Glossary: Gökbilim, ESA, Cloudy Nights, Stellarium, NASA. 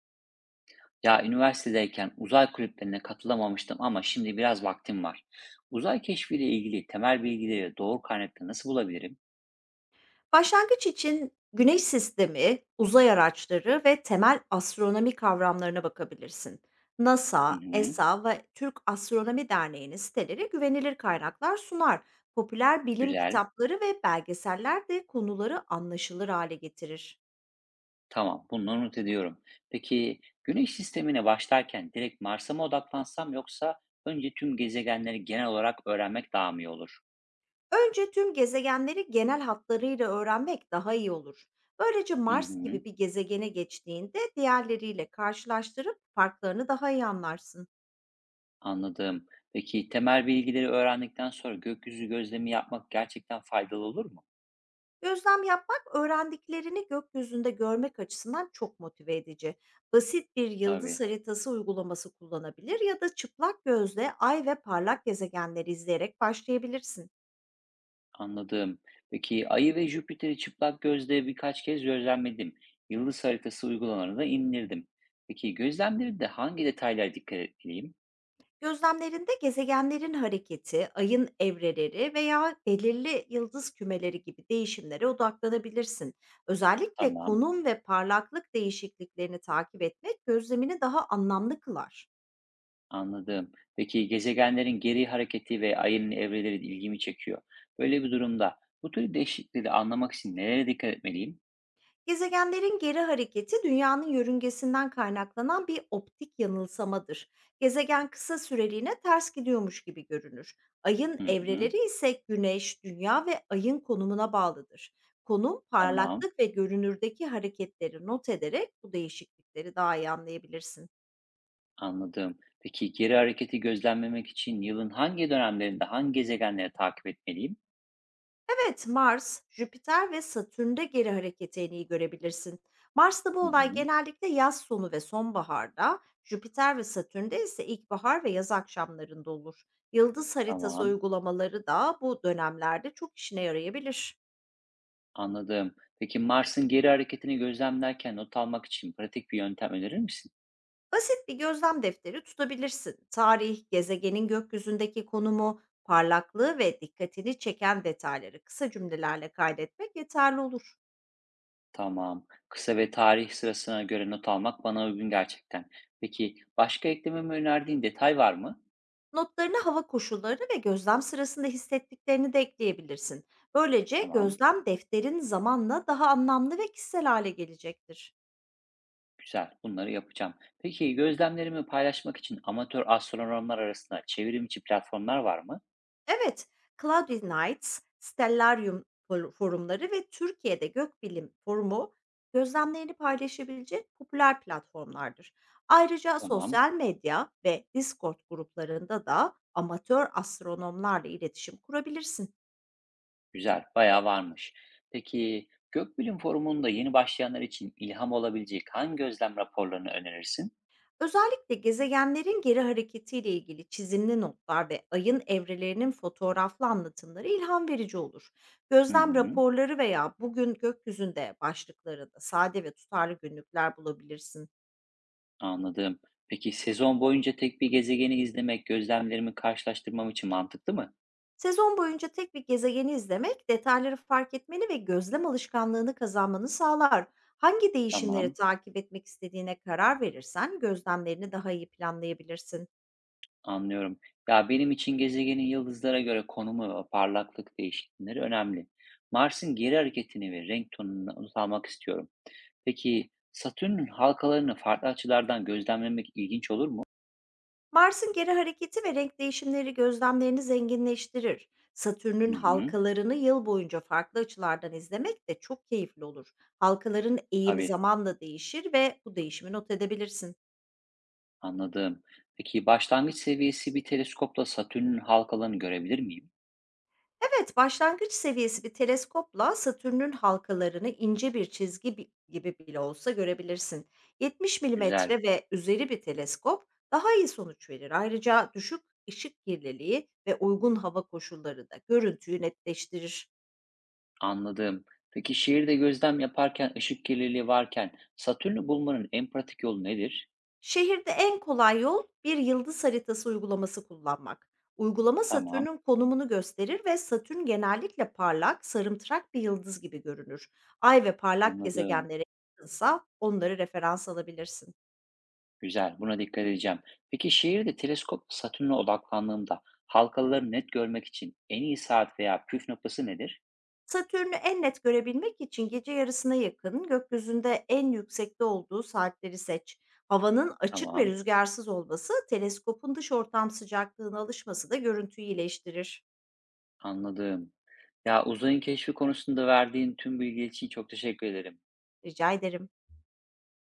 Ya üniversitedeyken uzay kulüplerine katılamamıştım ama şimdi biraz vaktim var. Uzay keşfiyle ilgili temel bilgileri doğru kaynakta nasıl bulabilirim? Başlangıç için Güneş sistemi, uzay araçları ve temel astronomi kavramlarına bakabilirsin. Hı NASA, hı, ESA ve Türk Astronomi Derneği'nin siteleri güvenilir kaynaklar sunar. Popüler bilim güzel. kitapları ve belgeseller de konuları anlaşılır hale getirir. Tamam, bunu not ediyorum. Peki Güneş sistemine başlarken direkt Mars'a mı odaklansam yoksa önce tüm gezegenleri genel olarak öğrenmek daha mı iyi olur? Önce tüm gezegenleri genel hatlarıyla öğrenmek daha iyi olur. Böylece Hı Mars hı, gibi bir gezegene geçtiğinde diğerleriyle karşılaştırıp farklarını daha iyi anlarsın. anladım. Peki temel bilgileri öğrendikten sonra gökyüzü gözlemi yapmak gerçekten faydalı olur mu? Gözlem yapmak, öğrendiklerini gökyüzünde görmek açısından çok motive edici. Basit bir yıldız Tabii. haritası uygulaması kullanabilir ya da çıplak gözle ay ve parlak gezegenleri izleyerek başlayabilirsin. Anladım. Peki Ay'ı ve Jüpiter'i çıplak gözle birkaç kez gözlemledim. Yıldız haritası uygulamalarını da indirdim. Peki gözlemlerinde hangi detaylara dikkat etmeliyim? Gözlemlerinde gezegenlerin hareketi, ayın evreleri veya belirli yıldız kümeleri gibi değişimlere odaklanabilirsin. Özellikle Tamam, konum ve parlaklık değişikliklerini takip etmek gözlemini daha anlamlı kılar. anladım. Peki gezegenlerin geri hareketi ve Ay'ın evreleri de ilgimi çekiyor. Böyle bir durumda bu tür değişiklikleri anlamak için nereye dikkat etmeliyim? Gezegenlerin geri hareketi dünyanın yörüngesinden kaynaklanan bir optik yanılsamadır. Gezegen kısa süreliğine ters gidiyormuş gibi görünür. Ayın Hı hı, evreleri ise Güneş, Dünya ve Ayın konumuna bağlıdır. Konum, tamam, parlaklık ve görünürdeki hareketleri not ederek bu değişiklikleri daha iyi anlayabilirsin. anladım. Peki geri hareketi gözlemlemek için yılın hangi dönemlerinde hangi gezegenleri takip etmeliyim? Evet, Mars, Jüpiter ve Satürn'de geri hareket en iyi görebilirsin. Mars'ta bu Hı olay hı, genellikle yaz sonu ve sonbaharda, Jüpiter ve Satürn'de ise ilkbahar ve yaz akşamlarında olur. Yıldız haritası tamam. uygulamaları da bu dönemlerde çok işine yarayabilir. Anladım. Peki Mars'ın geri hareketini gözlemlerken not almak için pratik bir yöntem önerir misin? Basit bir gözlem defteri tutabilirsin. Tarih, gezegenin gökyüzündeki konumu, parlaklığı ve dikkatini çeken detayları kısa cümlelerle kaydetmek yeterli olur. Tamam. Kısa ve tarih sırasına göre not almak bana uygun gerçekten. Peki başka eklememi önerdiğin detay var mı? Notlarına hava koşulları ve gözlem sırasında hissettiklerini de ekleyebilirsin. Böylece Tamam. gözlem defterin zamanla daha anlamlı ve kişisel hale gelecektir. Güzel. Bunları yapacağım. Peki gözlemlerimi paylaşmak için amatör astronomlar arasında çevrim içi platformlar var mı? Evet, Cloudy Nights, forumları ve Türkiye'de Gökbilim forumu gözlemlerini paylaşabilecek popüler platformlardır. Ayrıca Tamam. sosyal medya ve Discord gruplarında da amatör astronomlarla iletişim kurabilirsin. Güzel. Bayağı varmış. Peki Gökbilim Forumu'nda yeni başlayanlar için ilham olabilecek hangi gözlem raporlarını önerirsin? Özellikle gezegenlerin geri hareketiyle ilgili çizimli notlar ve ayın evrelerinin fotoğraflı anlatımları ilham verici olur. Hı Gözlem hı. raporları veya bugün gökyüzünde başlıklarında sade ve tutarlı günlükler bulabilirsin. Anladım. Peki sezon boyunca tek bir gezegeni izlemek gözlemlerimi karşılaştırmam için mantıklı mı? Sezon boyunca tek bir gezegeni izlemek detayları fark etmeni ve gözlem alışkanlığını kazanmanı sağlar. Hangi değişimleri Tamam, takip etmek istediğine karar verirsen gözlemlerini daha iyi planlayabilirsin. anlıyorum. Ya benim için gezegenin yıldızlara göre konumu ve parlaklık değişiklikleri önemli. Mars'ın geri hareketini ve renk tonunu not almak istiyorum. Peki Satürn'ün halkalarını farklı açılardan gözlemlemek ilginç olur mu? Mars'ın geri hareketi ve renk değişimleri gözlemlerini zenginleştirir. Satürn'ün Hı hı, halkalarını yıl boyunca farklı açılardan izlemek de çok keyifli olur. Halkaların eğimi tabii, zamanla değişir ve bu değişimi not edebilirsin. anladım. Peki başlangıç seviyesi bir teleskopla Satürn'ün halkalarını görebilir miyim? Evet, başlangıç seviyesi bir teleskopla Satürn'ün halkalarını ince bir çizgi gibi bile olsa görebilirsin. 70 Güzel. milimetre ve üzeri bir teleskop daha iyi sonuç verir. Ayrıca düşük ışık kirliliği ve uygun hava koşulları da görüntüyü netleştirir. Anladım. Peki şehirde gözlem yaparken ışık kirliliği varken Satürn'ü bulmanın en pratik yolu nedir? Şehirde en kolay yol bir yıldız haritası uygulaması kullanmak. Uygulama Tamam, Satürn'ün konumunu gösterir ve Satürn genellikle parlak, sarımtırak bir yıldız gibi görünür. Ay ve parlak anladım. gezegenlere yakınsa onları referans alabilirsin. Güzel, buna dikkat edeceğim. Peki şehirde teleskop Satürn'e odaklandığımda halkaları net görmek için en iyi saat veya püf noktası nedir? Satürn'ü en net görebilmek için gece yarısına yakın gökyüzünde en yüksekte olduğu saatleri seç. Havanın açık ve Tamam, rüzgarsız olması, teleskopun dış ortam sıcaklığına alışması da görüntüyü iyileştirir. anladım. Ya uzayın keşfi konusunda verdiğin tüm bilgi için çok teşekkür ederim. Rica ederim.